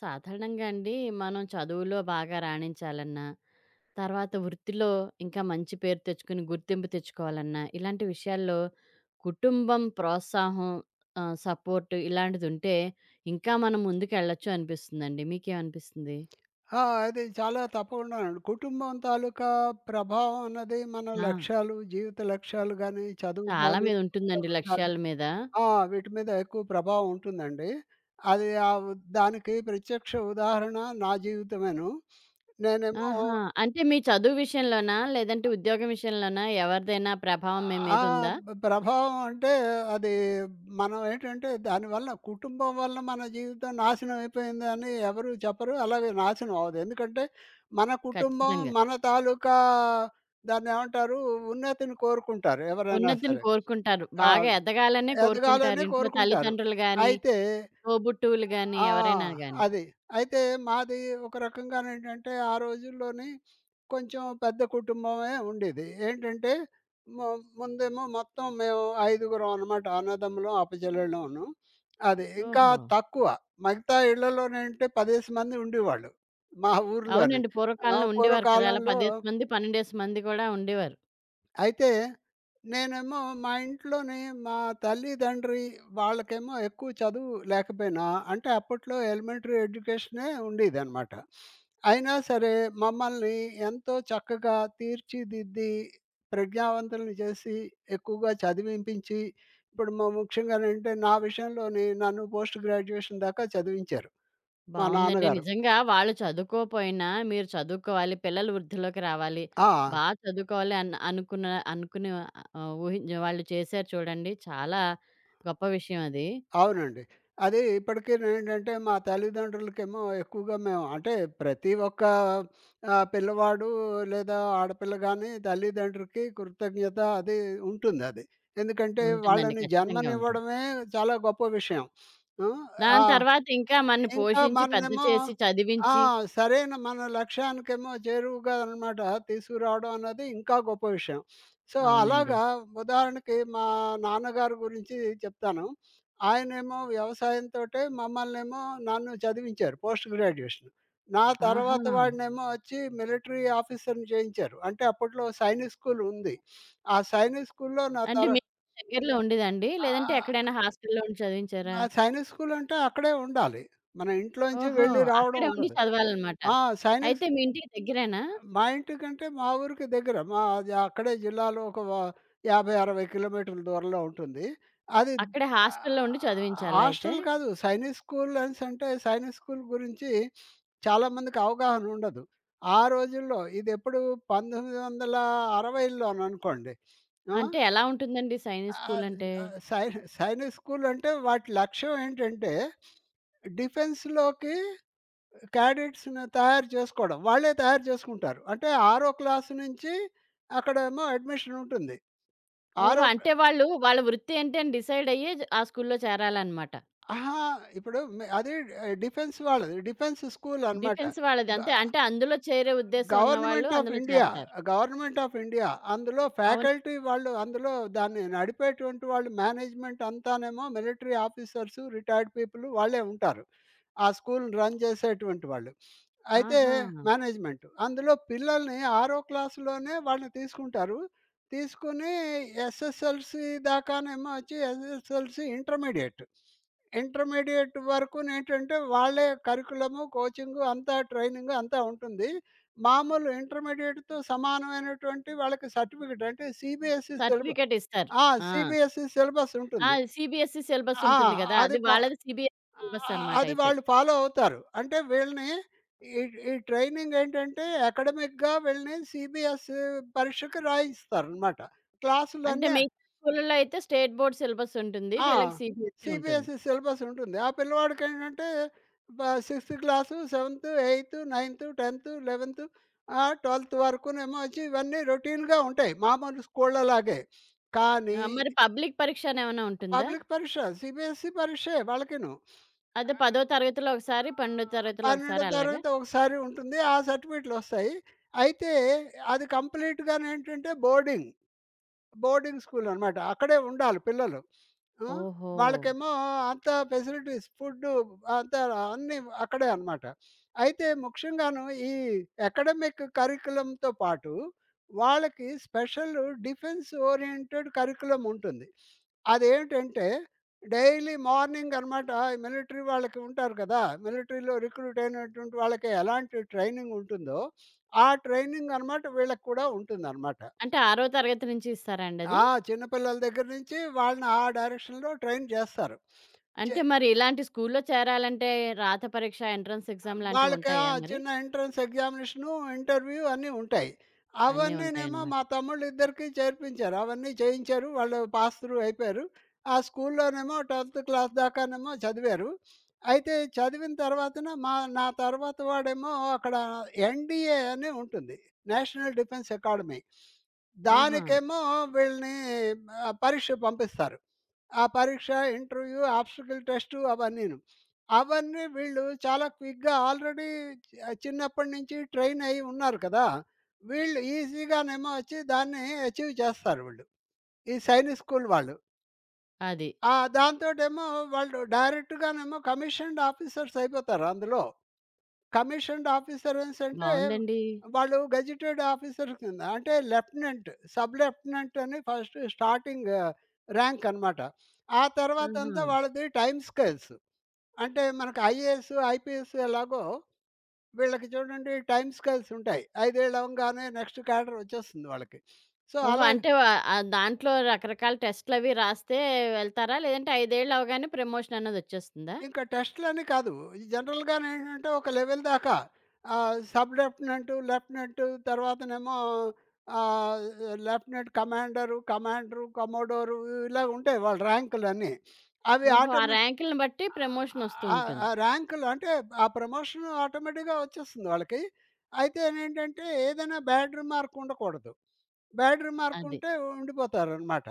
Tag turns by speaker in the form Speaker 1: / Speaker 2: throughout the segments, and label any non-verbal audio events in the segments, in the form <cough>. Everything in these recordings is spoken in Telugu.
Speaker 1: సాధారణంగా అండి మనం చదువులో బాగా రాణించాలన్నా, తర్వాత వృత్తిలో ఇంకా మంచి పేరు తెచ్చుకుని గుర్తింపు తెచ్చుకోవాలన్నా, ఇలాంటి విషయాల్లో కుటుంబం ప్రోత్సాహం సపోర్ట్ ఇలాంటిదుంటే ఇంకా మనం ముందుకెళ్ళొచ్చు అనిపిస్తుందండి. మీకేమనిపిస్తుంది?
Speaker 2: ఆ! అది చాలా తప్పకుండానండి. కుటుంబం తాలూకా ప్రభావం అన్నది మన
Speaker 1: ఆ!
Speaker 2: లక్ష్యాలు, జీవిత లక్ష్యాలు గానీ, చదువు
Speaker 1: చాలా
Speaker 2: గానీ,
Speaker 1: మీద ఉంటుందండి
Speaker 2: ఉద్యోగం గానీ,
Speaker 1: లక్ష్యాల మీద.
Speaker 2: ఆ! వీటి మీద ఎక్కువ ప్రభావం ఉంటుందండి. అది దానికి ప్రత్యక్ష ఉదాహరణ నా జీవితమేను. నేనేమో
Speaker 1: ఆహా! అంటే మీ చదువు విషయంలోనా? లేదంటే ఉద్యోగం విషయంలోనా? ఎవరిదైనా ప్రభావం మీ
Speaker 2: ఆ
Speaker 1: మీదుందా?
Speaker 2: ప్రభావం అంటే అది మనం ఏంటంటే దానివల్ల కుటుంబం వల్ల మన జీవితం నాశనం అయిపోయింది అని ఎవరు చెప్పరు. అలాగే నాశనం అవ్వదు. ఎందుకంటే మన కుటుంబం
Speaker 1: ఖచ్చితంగా.
Speaker 2: మన తాలూకా దాన్నేమంటారు ఉన్నతిని కోరుకుంటారు ఎవరైనా
Speaker 1: ఉన్నతిని
Speaker 2: సరే.
Speaker 1: కోరుకుంటారు. బాగా
Speaker 2: అవును.
Speaker 1: ఎదగాలనే కోరుకుంటారు.
Speaker 2: ఎదగాలని
Speaker 1: ఇంట్లో
Speaker 2: కోరుకుంటారు.
Speaker 1: తల్లిదండ్రులు గాని,
Speaker 2: అయితే
Speaker 1: తోబుట్టువులు గాని,
Speaker 2: ఆ!
Speaker 1: ఎవరైనా గాని.
Speaker 2: అది. అయితే మాది ఒక రకంగానేంటంటే, ఆ రోజుల్లోని కొంచెం పెద్ద కుటుంబమే ఉండేది. ఏంటంటే, ము ముందేమో మొత్తం మేము ఐదుగురం అనమాట. అన్నదమ్ములం, అప్పచెల్లెళ్ళును. అది. ఇంకా
Speaker 1: ఓహో!
Speaker 2: తక్కువ. మిగతా ఇళ్ళలోనేంటే 10 మంది ఉండేవాళ్ళు మా ఊర్లోనే.
Speaker 1: అవునండి.
Speaker 2: ఆ
Speaker 1: పూర్వకాలంలో ఉండేవారు కదా! అలా
Speaker 2: పూర్వకాలంలో.
Speaker 1: 10 మంది, 12 మంది కూడా ఉండేవారు.
Speaker 2: అయితే నేనేమో మా ఇంట్లోని మా తల్లిదండ్రి వాళ్ళకేమో ఎక్కువ చదువు లేకపోయినా, అంటే అప్పట్లో ఎలిమెంటరీ ఎడ్యుకేషనే ఉండేదనమాట. అయినా సరే మమ్మల్ని ఎంతో చక్కగా తీర్చిదిద్ది, ప్రజ్ఞావంతుల్ని చేసి, ఎక్కువగా చదివింపించి, ఇప్పుడు మ ముఖ్యంగానంటే నా విషయంలోని నన్ను పోస్ట్ గ్రాడ్యుయేషన్ దాకా చదివించారు మా
Speaker 1: బావుందండి.
Speaker 2: నాన్నగారు.
Speaker 1: నిజంగా వాళ్ళు చదువుకోపోయినా మీరు చదువుకోవాలి, పిల్లలు వృద్ధిలోకి రావాలి,
Speaker 2: ఆ!
Speaker 1: బా చదువుకోవాలి అన్ అనుకున్న అనుకుని ఊహించిన వాళ్ళు చేశారు చూడండి. చాలా గొప్ప విషయం అది.
Speaker 2: అవునండి. అది ఇప్పటికేనేంటంటే మా తల్లిదండ్రులకేమో ఎక్కువగా మేము అంటే ప్రతి ఒక్క పిల్లవాడు లేదా ఆడపిల్ల గాని తల్లిదండ్రులకి కృతజ్ఞత అది ఉంటుందది. ఎందుకంటే
Speaker 1: ఉంటుందండి.
Speaker 2: వాళ్ళని
Speaker 1: ఖచ్చితంగా ఉంటుంది.
Speaker 2: జన్మనివ్వడమే చాలా గొప్ప విషయం. హ్మ్. ఆ!
Speaker 1: దాని తర్వాత ఇంకా మనని
Speaker 2: ఇంకా
Speaker 1: పోషించి, పెద్ద
Speaker 2: మనమేమో
Speaker 1: చేసి,
Speaker 2: ఆ!
Speaker 1: చదివించి
Speaker 2: సరైన మన లక్ష్యానికేమో చేరువగా అనమాట తీసుకురావడం అన్నది ఇంకా గొప్ప విషయం. సో,
Speaker 1: అవునండి.
Speaker 2: అలాగా ఉదాహరణకి మా నాన్నగారి గురించి చెప్తాను. ఆయనేమో వ్యవసాయంతోటే మమ్మల్నేమో నన్ను చదివించారు పోస్ట్ గ్రాడ్యుయేషన్. నా
Speaker 1: ఆహా!
Speaker 2: తర్వాత వాడినేమో వచ్చి మిలిటరీ ఆఫీసర్‌ని చేయించారు. అంటే అప్పట్లో సైనిక్ స్కూల్ ఉంది. ఆ సైనిక్ స్కూల్‌లో నా
Speaker 1: అంటే
Speaker 2: తర
Speaker 1: మీకు దగ్గరలో ఉండేదండి?
Speaker 2: ఆ!
Speaker 1: లేదంటే ఎక్కడైనా
Speaker 2: ఆ!
Speaker 1: హాస్టల్‌లో ఉండి చదివించారా?
Speaker 2: ఆ సైనిక్ స్కూల్ అంటే అక్కడే ఉండాలి. మన ఇంట్లోంచి
Speaker 1: ఓహో!
Speaker 2: వెళ్ళి రావడం
Speaker 1: అక్కడే ఉండి
Speaker 2: ఉండదు.
Speaker 1: చదవాలనమాట.
Speaker 2: ఆ! సైనిస్
Speaker 1: అయితే మీ ఇంటికి దగ్గరేనా?
Speaker 2: మా ఇంటికంటే మా ఊరికి దగ్గర. మా అది అక్కడే జిల్లాలో ఒక 50, 60 కిలోమీటర్ల దూరంలో ఉంటుంది. అది
Speaker 1: అక్కడే
Speaker 2: ఆహ్,
Speaker 1: హాస్టల్‌లో ఉండి చదివించాలా అయితే?
Speaker 2: హాస్టల్ కాదు. సైనిక్ స్కూల్ అనేసంటే సైనిక్ స్కూల్ గురించి చాలామందికి అవగాహన ఉండదు. ఆ రోజుల్లో ఇదెప్పుడు 1960ల్లో అనుకోండి. ఆ!
Speaker 1: అంటే ఎలా ఉంటుందండి సైనిక్ స్కూల్
Speaker 2: ఆహ్,
Speaker 1: అంటే?
Speaker 2: ఆహ్, సై సైనిక్ స్కూల్ అంటే వాటి లక్ష్యం ఏంటంటే డిఫెన్స్‌లోకి క్యాడెట్స్‌ని తయారు చేసుకోవడం. వాళ్ళే తయారు చేసుకుంటారు. అంటే ఆరో క్లాస్ నుంచి అక్కడేమో అడ్మిషన్ ఉంటుంది.
Speaker 1: ఓహో!
Speaker 2: ఆరో క్లా
Speaker 1: అంటే వాళ్ళు వాళ్ళ వృత్తి ఏంటి అని డిసైడ్ అయ్యి జ ఆ స్కూల్‌లో చేరాలనమాట.
Speaker 2: అహా! ఇప్పుడు మే అది డిఫెన్స్ వాళ్ళది. డిఫెన్స్ స్కూల్ అనమాట.
Speaker 1: డిఫెన్స్ వాళ్ళది
Speaker 2: గ
Speaker 1: అంతే. అంటే అందులో చేరే ఉద్దేశ్యం ఉన్నవాళ్ళు
Speaker 2: గవర్నమెంట్ ఆఫ్
Speaker 1: అందులో
Speaker 2: ఇండియా,
Speaker 1: చేరతారు.
Speaker 2: Government of India. అందులో
Speaker 1: అవును.
Speaker 2: ఫ్యాకల్టీ వాళ్ళు అందులో దాన్ని నడిపేటువంటి వాళ్ళు మేనేజ్మెంట్ అంతానేమో మిలిటరీ ఆఫీసర్స్, రిటైర్డ్ పీపుల్ వాళ్ళే ఉంటారు. ఆ స్కూల్‌ని రన్ చేసేటువంటి వాళ్ళు. అయితే
Speaker 1: ఆహా!
Speaker 2: మేనేజ్‌మెంట్. అందులో పిల్లల్ని ఆరో క్లాస్‌లోనే వాళ్ళని తీసుకుంటారు. తీసుకొని ఎస్ఎస్ఎల్‌సీ దాకానేమో వచ్చి ఎస్ఎస్ఎల్‌సీ ఇంటర్మీడియేట్. ఇంటర్మీడియేట్ వరకునేంటంటే వాళ్ళే కరిక్యులము, కోచింగు అంతా ట్రైనింగ్ అంతా ఉంటుంది. మామూలు ఇంటర్మీడియేట్‌తో సమానమైనటువంటి వాళ్ళకి సర్టిఫికేట్ అంటే సీబీఎస్‌ఈ సిలబ
Speaker 1: సర్టిఫికేట్ ఇస్తారు.
Speaker 2: ఆ!
Speaker 1: ఆ!
Speaker 2: సీబీఎస్‌ఈ సిలబస్
Speaker 1: ఆ!
Speaker 2: ఉంటుంది.
Speaker 1: సీబీఎస్‌ఈ సిలబస్
Speaker 2: ఆ!
Speaker 1: ఉంటుంది గదా!
Speaker 2: అది
Speaker 1: అది
Speaker 2: ప
Speaker 1: వాళ్ళది సీబీఎస్‌ఈ సిలబస్ అనమాట
Speaker 2: అది
Speaker 1: అయితే.
Speaker 2: వాళ్ళు ఫాలో అవుతారు. అంటే వీళ్ళని ఈ ఈ ట్రైనింగ్ ఏంటంటే అకాడమిక్‌గా వీళ్ళని సీబీఎస్ పరీక్షకి రాయిస్తారనమాట.
Speaker 1: అంటే
Speaker 2: క్లాసులన్నీ
Speaker 1: మిగతా స్కూల్‌లో అయితే స్టేట్ బోర్డ్ సిలబస్ ఉంటుంది.
Speaker 2: ఆ!
Speaker 1: వీళ్ళకి సీబీఎస్‌ఈ ఉంటుంది.
Speaker 2: సీబీఎస్‌ఈ సిలబస్ ఉంటుంది. ఆ పిల్లవాడికేంటంటే బ sixth class, seventh, eighth, ninth, 10థ్, 11థ్, 12థ్ వరకునేమో వచ్చి ఇవన్నీ రొటీన్‌గా ఉంటాయి. మామూలు స్కూళ్ళలాగే. కానీ
Speaker 1: ఆ! మరి
Speaker 2: ఇది
Speaker 1: పబ్లిక్ పరీక్ష అని ఏమైనా ఉంటుందా?
Speaker 2: పబ్లిక్ పరీక్ష. సీబీఎస్‌ఈ పరీక్షే వాళ్ళకిను. ఆ!
Speaker 1: అదే 10థ్ తరగతిలో ఒకసారి, 12థ్
Speaker 2: ఆ!
Speaker 1: తరగతిలో
Speaker 2: 12
Speaker 1: ఒకసారి అలాగా?
Speaker 2: తరగతి ఒకసారి ఉంటుంది. ఆ సర్టిఫికెట్‌లొస్తాయి. అయితే అది కంప్లీట్‌గానేంటంటే బోర్డింగ్. బోర్డింగ్ స్కూలనమాట. అక్కడే ఉండాలి పిల్లలు. ఆ!
Speaker 1: ఓహో!
Speaker 2: వాళ్ళకేమో అంత ఫెసిలిటీస్, ఫుడ్డు అంతా అన్నీ అక్కడే అనమాట. అయితే ముఖ్యంగాను ఈ అకాడమిక్ కరిక్యులమ్‌తో పాటు వాళ్ళకి స్పెషల్ డిఫెన్స్ ఓరియెంటెడ్ కరిక్యులమ్ ఉంటుంది. అదేంటంటే డైలీ మార్నింగ్ అనమాట మిలిటరీ వాళ్ళకి ఉంటారు కదా! మిలిటరీలో రిక్రూట్ అయినటువంటి వాళ్ళకి ఎలాంటి ట్రైనింగ్ ఉంటుందో, ఆ ట్రైనింగ్ అనమాట వీళ్ళకి కూడా ఉంటుందనమాట.
Speaker 1: అంటే 6వ తరగతి నుంచి ఇస్తారా అండి అది?
Speaker 2: ఆ! చిన్న పిల్లల దగ్గర నుంచి వాళ్ళని ఆ డైరెక్షన్‌లో ట్రైన్ చేస్తారు. చే
Speaker 1: అంటే మరి ఇలాంటి స్కూల్‌లో చేరాలంటే రాత పరీక్ష, ఎంట్రన్స్ ఎగ్జామ్ లాంటివి
Speaker 2: వాళ్ళకి ఆ
Speaker 1: ఉంటాయా మరి?
Speaker 2: చిన్న ఎంట్రన్స్ ఎగ్జామినేషను, ఇంటర్వ్యూ అన్నీ ఉంటాయి.
Speaker 1: అన్నీ
Speaker 2: అవన్నీనేమో
Speaker 1: ఉంటాయన్నమాట.
Speaker 2: మా తమ్ముళ్ళిద్దరికీ చేర్పించారు. అవన్నీ చేయించారు. వాళ్ళు పాస్ త్రూ అయిపోయారు. ఆ స్కూల్లోనేమో 10థ్ క్లాస్ దాకానేమో చదివారు. అయితే చదివిన తర్వాతన మా నా తర్వాత వాడేమో అక్కడ ఎన్‌డీఏ అని ఉంటుంది. National Defence Academy.
Speaker 1: ఆహా!
Speaker 2: దానికేమో వీళ్ళని పరీక్షకు పంపిస్తారు. ఆ పరీక్ష, ఇంటర్వ్యూ, ఆబ్స్టికల్ టెస్టు అవన్నీను. అవన్నీ వీళ్ళు చాలా క్విక్‌గా ఆల్రెడీ చిన్నప్పటి నుంచి ట్రైన్ అయ్యి ఉన్నారు కదా! వీళ్ళు ఈజీగానేమో వచ్చి దాన్ని అచీవ్ చేస్తారు వీళ్ళు. ఈ సైనిక్ స్కూల్ వాళ్ళు.
Speaker 1: అది.
Speaker 2: ఆ! దాంతోటేమో వాళ్ళు డైరెక్ట్‌గానేమో కమిషన్డ్ ఆఫీసర్స్ అయిపోతారు అందులో. కమిషన్డ్ ఆఫీసర్స్ అంటే
Speaker 1: బావుందండి.
Speaker 2: వాళ్ళు గెజిటెడ్ ఆఫీసర్ కింద అంటే లెఫ్టినెంట్, సబ్ లెఫ్టినెంట్ అని ఫస్ట్ స్టార్టింగ్ ర్యాంక్ అనమాట. ఆ
Speaker 1: ఆహా!
Speaker 2: తర్వాతంతా వాళ్ళది టైమ్ స్కేల్స్. అంటే మనకు ఐఏఎస్, ఐపీఎస్ ఎలాగో వీళ్ళకి చూడండి టైమ్ స్కేల్స్ ఉంటాయి. ఐదేళ్ళు అవంగానే నెక్స్ట్ క్యాడర్ వచ్చేస్తుంది వాళ్ళకి. సో,
Speaker 1: ఓహో!
Speaker 2: అలా
Speaker 1: అంటే వ దాంట్లో రకరకాల టెస్ట్‌లవి రాస్తే వెళ్తారా? లేదంటే ఐదేళ్ళు అవ్వగానే ప్రమోషన్ అన్నది వచ్చేస్తుందా?
Speaker 2: ఇంకా టెస్ట్‌లని కాదు. ఈ జనరల్‌గానేంటంటే ఒక లెవెల్ దాకా సబ్ లెఫ్టినెంట్, లెఫ్టినెంట్ తర్వాతనేమో ఆహ్, లెఫ్టినెంట్ కమాండరు, కమాండరు, కమోడోరు ఇలా ఉంటాయి వాళ్ళ ర్యాంకులన్నీ. అవి
Speaker 1: ఓహో! ఆ
Speaker 2: ఆటోమేట్
Speaker 1: ర్యాంకులను బట్టి ప్రమోషనొస్తూ ఉంటుంది.
Speaker 2: ఆ ర్యాంకులు అంటే ఆ ప్రమోషన్ ఆటోమేటిక్‌గా వచ్చేస్తుంది వాళ్ళకి. అయితే నేంటంటే ఏదైనా బ్యాడ్ రిమార్క్ ఉండకూడదు. బ్యాడ్ రిమార్క్
Speaker 1: అది.
Speaker 2: ఉంటే ఉండిపోతారనమాట.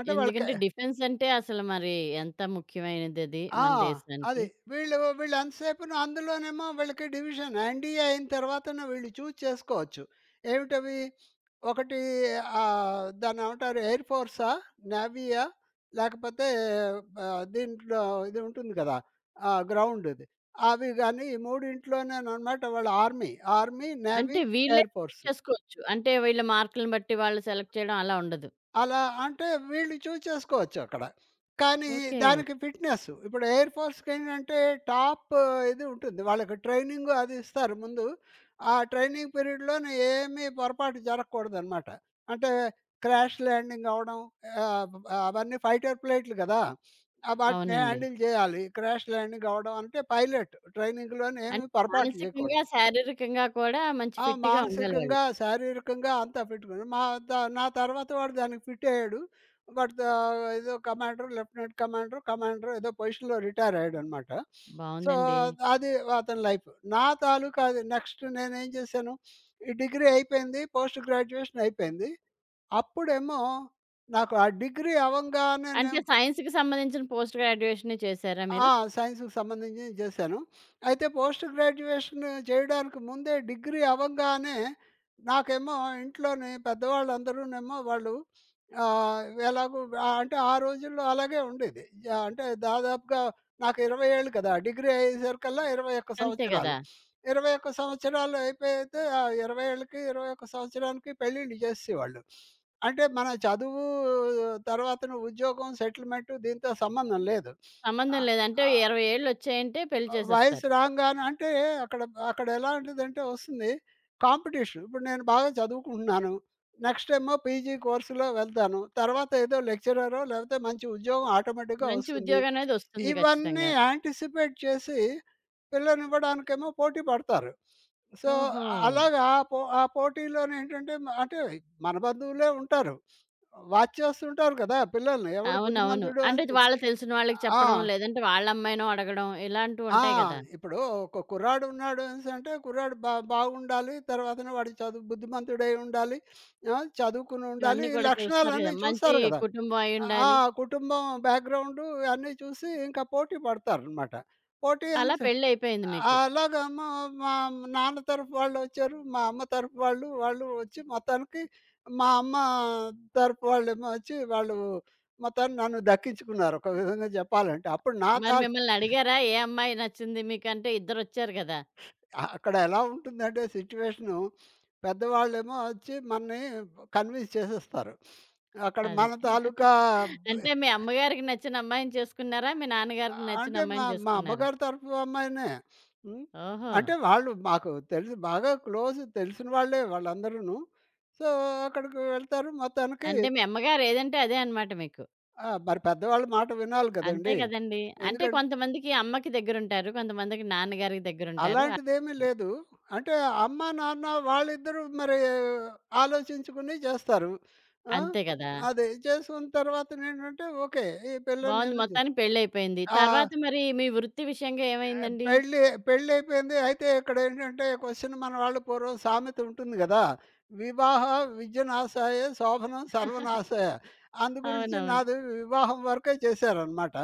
Speaker 2: అంటే వాళ్ళకి
Speaker 1: ఎందుకంటే డిఫెన్స్ అంటే అసలు మరి ఎంత ముఖ్యమైనదది
Speaker 2: ఆ!
Speaker 1: మన దేశానికి.
Speaker 2: అది. వీళ్ళు వీళ్ళు ఎంతసేపును అందులోనేమో వీళ్ళకి డివిజన్ ఎన్‌డీఏ అయిన తర్వాతన వీళ్ళు చూజ్ చేసుకోవచ్చు. ఏమిటవి? ఒకటి దాన్నేమంటారు? ఎయిర్ ఫోర్సా? నేవీయా? లేకపోతే దీంట్లో ఇది ఉంటుంది కదా! గ్రౌండ్‌ది. అవి గాని ఈ మూడింట్లోనేననమాట వాళ్ళ ఆర్మీ. ఆర్మీ,
Speaker 1: అంటే
Speaker 2: నేవీ,
Speaker 1: వీళ్ళే
Speaker 2: ఎయిర్
Speaker 1: సెలెక్ట్
Speaker 2: ఫోర్స్.
Speaker 1: చేసుకోవచ్చు. అంటే వీళ్ళ మార్కులను బట్టి వాళ్ళు సెలెక్ట్ చేయడం అలా ఉండదు.
Speaker 2: అలా అంటే వీళ్ళు చూజ్ చేసుకోవచ్చు అక్కడ. కానీ
Speaker 1: ఓకే.
Speaker 2: దానికి ఫిట్‌నెస్ ఇప్పుడు ఎయిర్ ఫోర్స్‌కేంటంటే టాప్ ఇది ఉంటుంది. వాళ్ళకి ట్రైనింగ్ అది ఇస్తారు ముందు. ఆ ట్రైనింగ్ పీరియడ్‌లోనే ఏమీ పొరపాటు జరగకూడదనమాట. అంటే క్రాష్ ల్యాండింగ్ అవ్వడం ఆహ్, అవన్నీ ఫైటర్ ప్లేట్లు కదా! వాటిని
Speaker 1: అవునండి.
Speaker 2: హ్యాండిల్ చేయాలి. క్రాష్ ల్యాండింగ్ అవ్వడం అంటే పైలట్ ట్రైనింగ్‌లోనే
Speaker 1: అంటే
Speaker 2: ఏమి పొరపాట్లు చేయకూడదు.
Speaker 1: మానసికంగా, శారీరకంగా కూడా మంచి
Speaker 2: ఆ!
Speaker 1: ఫిట్‌గా ఉండాలి వాళ్ళు.
Speaker 2: మానసికంగా, శారీరకంగా అంతా ఫిట్‌గున్నాం. మా త నా తర్వాత వాడు దానికి ఫిట్ అయ్యాడు. బట్ ఏదో కమాండర్, లెఫ్టినెంట్ కమాండర్, కమాండర్ ఏదో పొజిషన్‌లో రిటైర్ అయ్యాడనమాట. సో,
Speaker 1: బావుందండి.
Speaker 2: అది అతని లైఫ్. నా తాలూకా అది నెక్స్ట్ నేనేం చేశాను, ఈ డిగ్రీ అయిపోయింది. పోస్ట్ గ్రాడ్యుయేషన్ అయిపోయింది. అప్పుడేమో నాకు ఆ డిగ్రీ అవంగానే
Speaker 1: అంటే
Speaker 2: నేను
Speaker 1: సైన్స్‌కి సంబంధించిన పోస్ట్ గ్రాడ్యుయేషనే చేశారా
Speaker 2: ఆ!
Speaker 1: మీరు?
Speaker 2: సైన్స్‌కి సంబంధించింది చేశాను. అయితే పోస్ట్ గ్రాడ్యుయేషన్ చేయడానికి ముందే డిగ్రీ అవ్వంగానే నాకేమో ఇంట్లోని పెద్దవాళ్ళందరూనేమో వాళ్ళు ఎలాగో అంటే ఆ రోజుల్లో అలాగే ఉండేది. యాహ్! అంటే దాదాపుగా నాకు 20 ఏళ్ళు కదా! డిగ్రీ అయ్యేసరికల్లా 21
Speaker 1: అంతే గదా!
Speaker 2: సంవత్సరాలు. 21 సంవత్సరాలు అయిపోతే ఆ 20 ఏళ్ళకి, 21 సంవత్సరానికి పెళ్ళిళ్ళు చేసేసేవాళ్ళు. అంటే మన చదువు తర్వాతన ఉద్యోగం, సెటిల్మెంట్ దీంతో సంబంధం లేదు. ఆ!
Speaker 1: సంబంధం లేదు. అంటే 20 ఏళ్ళొచ్చాయంటే పెళ్లి
Speaker 2: వయసు
Speaker 1: చేసేస్తారు.
Speaker 2: రాంగానే అంటే అక్కడ అక్కడ ఎలాంటిదంటే వస్తుంది కాంపిటీషన్. ఇప్పుడు నేను బాగా చదువుకుంటున్నాను. నెక్స్ట్ ఏమో పీజీ కోర్స్‌లో వెళ్తాను. తర్వాత ఏదో లెక్చరరో లేకపోతే మంచి ఉద్యోగం ఆటోమేటిక్‌గా
Speaker 1: మంచి
Speaker 2: వస్తుంది.
Speaker 1: ఉద్యోగం అనేది వస్తుంది
Speaker 2: ఇవన్నీ
Speaker 1: ఖచ్చితంగా.
Speaker 2: యాంటిసిపేట్ చేసి పిల్లనివ్వడానికేమో పోటీ పడతారు. సో,
Speaker 1: ఓహో!
Speaker 2: అలాగా ఆ పోటీలోనేంటంటే మ అంటే మన బంధువులే ఉంటారు. వాచ్ చేస్తుంటారు కదా! పిల్లల్ని ఎవడు
Speaker 1: అవునవును.
Speaker 2: బుద్ధిమంతుడు
Speaker 1: అంటే
Speaker 2: అని చెప్
Speaker 1: వాళ్ళ తెలిసిన వాళ్ళకి చెప్పడం,
Speaker 2: ఆ!
Speaker 1: లేదంటే వాళ్ళ అమ్మాయినో అడగడం
Speaker 2: ఆ!
Speaker 1: ఇలాంటివుంటాయి కదా!
Speaker 2: ఇప్పుడు ఒక కుర్రాడు ఉన్నాడు అనేసంటే, కుర్రాడు బాగుండాలి. తర్వాతన వాడు చదువు బుద్ధిమంతుడై ఉండాలి. ఆ! చదువుకుని ఉండాలి.
Speaker 1: ఇవన్నీ
Speaker 2: ఈ
Speaker 1: కూడా చూస్తారు గదా!
Speaker 2: లక్షణాలన్నీ
Speaker 1: మంచి
Speaker 2: చూస్తారు గదా!
Speaker 1: కుటుంబం
Speaker 2: ఆ!
Speaker 1: అయ్యుండాలి.
Speaker 2: కుటుంబం బ్యాక్‌గ్రౌండు అన్నీ చూసి ఇంకా పోటీ పడతారనమాట. పోటీ
Speaker 1: అలా
Speaker 2: అనేసి
Speaker 1: పెళ్లయిపోయింది మీకు.
Speaker 2: అలాగా మా మా నాన్న తరఫు వాళ్ళొచ్చారు. మా అమ్మ తరఫు వాళ్ళు, వాళ్ళు వచ్చి మొత్తానికి మా అమ్మ తరపు వాళ్ళేమో వచ్చి, వాళ్ళు మొత్తాన్ని నన్ను దక్కించుకున్నారు ఒక విధంగా జెప్పాలంటే. అప్పుడు నా
Speaker 1: మరి
Speaker 2: తా
Speaker 1: మిమ్మల్ని అడిగారా? ఏ అమ్మాయి నచ్చింది మీకంటే ఇద్దరొచ్చారు గదా!
Speaker 2: అ అక్కడ ఎలా ఉంటుందంటే సిట్యుయేషను పెద్దవాళ్ళేమో వచ్చి మనని కన్విన్స్ చేసేస్తారు. అక్కడ
Speaker 1: అది.
Speaker 2: మన తాలూకా
Speaker 1: <laughs>
Speaker 2: బ్
Speaker 1: అంటే మీ అమ్మగారికి నచ్చిన అమ్మాయిని చేసుకున్నారా? మీ నాన్నగారికి నచ్చిన
Speaker 2: అంటే మా
Speaker 1: అమ్మాయిని
Speaker 2: మా
Speaker 1: చేసుకున్నారా?
Speaker 2: అమ్మగారి తరఫు అమ్మాయినే. హ్మ్.
Speaker 1: ఓహో!
Speaker 2: అంటే వాళ్ళు మాకు తెలుసు బాగా క్లోజ్ తెలిసిన వాళ్ళే వాళ్ళందరూను. సో, అక్కడికి వెళ్తారు మొత్తానికి.
Speaker 1: అంటే మీ అమ్మగారు ఏదంటే అదే అన్నమాట మీకు.
Speaker 2: ఆ! మరి పెద్దవాళ్ళ మాట వినాలి
Speaker 1: అంతే
Speaker 2: కదండీ!
Speaker 1: కదండీ! అంటే
Speaker 2: ఎందుకంటే
Speaker 1: కొంతమందికి అమ్మకి దగ్గరుంటారు. కొంతమందికి నాన్నగారికి దగ్గరుంటారు.
Speaker 2: అలాంటిదేమీ లేదు. అంటే అమ్మా, నాన్న వాళ్ళిద్దరూ మరి ఆలోచించుకుని చేస్తారు. ఆ!
Speaker 1: అంతే కదా!
Speaker 2: అది చేసుకున్న తర్వాతనేంటంటే ఓకే. ఈ పిల్లని
Speaker 1: బావుంది.
Speaker 2: నేను జు
Speaker 1: మొత్తానికి పెళ్లయిపోయింది.
Speaker 2: ఆ!
Speaker 1: తర్వాత మరి మీ వృత్తి విషయంగా
Speaker 2: ఆహ్,
Speaker 1: ఏమైందండి?
Speaker 2: పెళ్లి పెళ్లయిపోయింది. అయితే ఇక్కడేంటంటే క్వెషన్ మన వాళ్ళు పూర్వం సామెత ఉంటుంది గదా! వివాహ విద్యనాశాయ శోభనం
Speaker 1: <laughs>
Speaker 2: సర్వనాశాయ. అందు గురించి
Speaker 1: అవునవును.
Speaker 2: నాది వివాహం వరకే చేశారనమాట.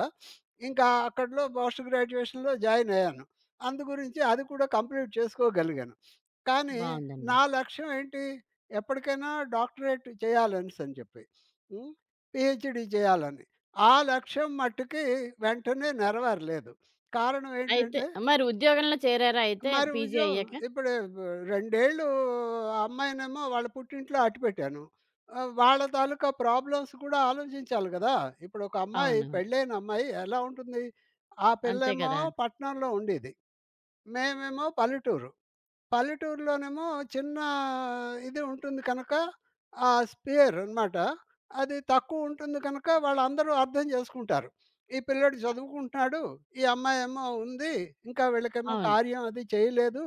Speaker 2: ఇంకా అక్కడలో పోస్ట్ గ్రాడ్యుయేషన్‌లో జాయిన్ అయ్యాను. అందు గురించి అది కూడా కంప్లీట్ చేసుకోగలిగాను. కానీ
Speaker 1: బావుందండి.
Speaker 2: నా లక్ష్యం ఏంటి? ఎప్పటికైనా డాక్టరేట్ చేయాలనేసని చెప్పి. హ్మ్. పీహెచ్‌డీ చేయాలని. ఆ లక్ష్యం మట్టుకి వెంటనే నెరవేరలేదు. కారణం
Speaker 1: అయితే
Speaker 2: ఏంటంటే,
Speaker 1: మరి ఉద్యోగంలో చేరారా అయితే
Speaker 2: మరి
Speaker 1: పీజీ
Speaker 2: ఉద్యోగం
Speaker 1: అయ్యాక?
Speaker 2: ఇప్పుడు బ్ 2 ఏళ్ళు ఆ అమ్మాయినేమో వాళ్ళ పుట్టింట్లో అట్టిపెట్టాను. వాళ్ళ తాలూకా ప్రాబ్లమ్స్ కూడా ఆలోచించాలి గదా! ఇప్పుడొక అమ్మాయి
Speaker 1: అవునవును.
Speaker 2: పెళ్ళైన అమ్మాయి ఎలా ఉంటుంది? ఆ
Speaker 1: అంతే
Speaker 2: పిల్లేమో
Speaker 1: కదా!
Speaker 2: పట్నంలో ఉండేది. మేమేమో పల్లెటూరు. పల్లెటూరులోనేమో చిన్న ఇది ఉంటుంది కనుక, ఆ స్పియర్ అనమాట. అది తక్కువ ఉంటుంది కనుక వాళ్ళందరూ అర్థం చేసుకుంటారు. ఈ పిల్లోడు చదువుకుంటున్నాడు, ఈ అమ్మాయేమో ఉంది, ఇంకా వీళ్ళకేమో
Speaker 1: అవును.
Speaker 2: కార్యం అది చేయలేదు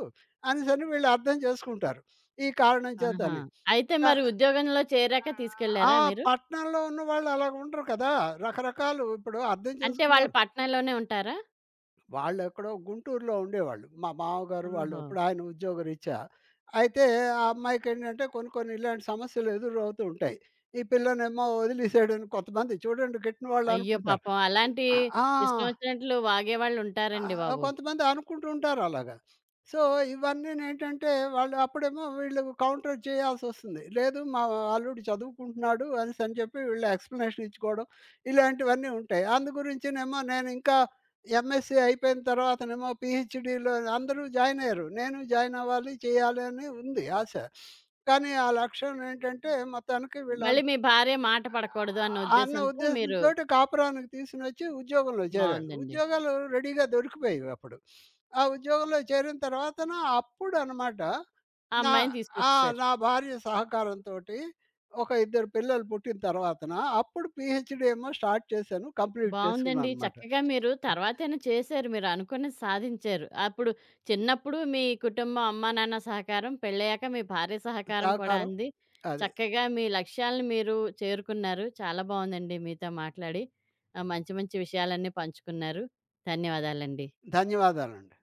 Speaker 2: అనేసని వీళ్ళు అర్థం చేసుకుంటారు. ఈ కారణం
Speaker 1: ఆహా!
Speaker 2: చేతని.
Speaker 1: అయితే
Speaker 2: క
Speaker 1: మరి ఉద్యోగంలో చేరాక
Speaker 2: ఆ!
Speaker 1: తీసుకెళ్లారా మీరు?
Speaker 2: పట్టణంలో ఉన్నవాళ్ళు అలాగుండరు కదా! రకరకాలు ఇప్పుడు అర్థం
Speaker 1: అంటే వాళ్ళు
Speaker 2: చేసుకునేవాళ్ళు
Speaker 1: పట్నంలోనే ఉంటారా?
Speaker 2: వాళ్ళెక్కడో గుంటూరులో ఉండేవాళ్ళు. మా మామగారు వాళ్ళు.
Speaker 1: ఓహో!
Speaker 2: ఇప్పుడు ఆయన ఉద్యోగరీత్యా. అయితే ఆ అమ్మాయికేంటంటే కొన్ని కొన్ని ఇలాంటి సమస్యలు ఎదురవుతూ ఉంటాయి. ఈ పిల్లనేమో వదిలేసాడని కొంతమంది చూడండి గిట్టిన
Speaker 1: అయ్యో
Speaker 2: వాళ్ళనుకుంటారు.
Speaker 1: పాపం! అలాంటి
Speaker 2: ఆ! ఆ!
Speaker 1: ఇష్టం వచ్చినట్లు
Speaker 2: ఆ!
Speaker 1: వాగేవాళ్ళుంటారండి బాబు.
Speaker 2: కొంతమంది అనుకుంటూ ఉంటారు అలాగా. సో, ఇవన్నీనేంటంటే వాళ్ళు అప్పుడేమో వీళ్ళు కౌంటర్ చేయాల్సొస్తుంది. లేదు మా అల్లుడు చదువుకుంటున్నాడు అనేసని చెప్పి వీళ్ళు ఎక్స్‌ప్లనేషన్ ఇచ్చుకోవడం, ఇలాంటివన్నీ ఉంటాయి. అందు గురించినేమో నేనింకా ఎంఎస్‌సీ అయిపోయిన తర్వాతనేమో పీహెచ్‌డీలో అందరూ జాయిన్ అయ్యారు. నేను జాయిన్ అవ్వాలి, చేయాలి అని ఉంది ఆశ. కానీ ఆ లక్ష్యం ఏంటంటే మొత్తానికి
Speaker 1: మళ్ళీ
Speaker 2: వీళ్ళందరూ
Speaker 1: మీ భార్య మాట పడకూడదు అన్న
Speaker 2: అన్న
Speaker 1: ఉద్దేశంతో మీరు
Speaker 2: ఉద్దేశంతోటి కాపురానికి తీసుకొనొచ్చి ఉద్యోగంలో చేరాను.
Speaker 1: బావుందండి.
Speaker 2: ఉద్యోగాలు రెడీగా దొరికిపోయేవి అప్పుడు. ఆ ఉద్యోగంలో చేరిన తర్వాతన అప్పుడనమాట
Speaker 1: ఆ
Speaker 2: నా
Speaker 1: అమ్మాయిని
Speaker 2: ఆ!
Speaker 1: తీసుకొచ్చేసారు.
Speaker 2: నా భార్య సహకారంతోటి ఒక ఇద్దరు పిల్లలు పుట్టిన తర్వాతన అప్పుడు పీహెచ్‌డీ ఏమో స్టార్ట్ చేశాను. కంప్లీట్
Speaker 1: బావుందండి.
Speaker 2: చేసుకున్నాననమాట.
Speaker 1: చక్కగా మీరు తర్వాతైనా చేశారు. మీరు అనుకున్నది సాధించారు. అప్పుడు చిన్నప్పుడు మీ కుటుంబం, అమ్మా, నాన్న సహకారం, పెళ్ళయ్యాక మీ భార్య సహకారం కూడా
Speaker 2: సహకారం
Speaker 1: అంది.
Speaker 2: అది.
Speaker 1: చక్కగా మీ లక్ష్యాలను మీరు చేరుకున్నారు. చాలా బావుందండి మీతో మాట్లాడి. మంచి మంచి విషయాలన్నీ పంచుకున్నారు. ధన్యవాదాలండి.
Speaker 2: ధన్యవాదాలండి.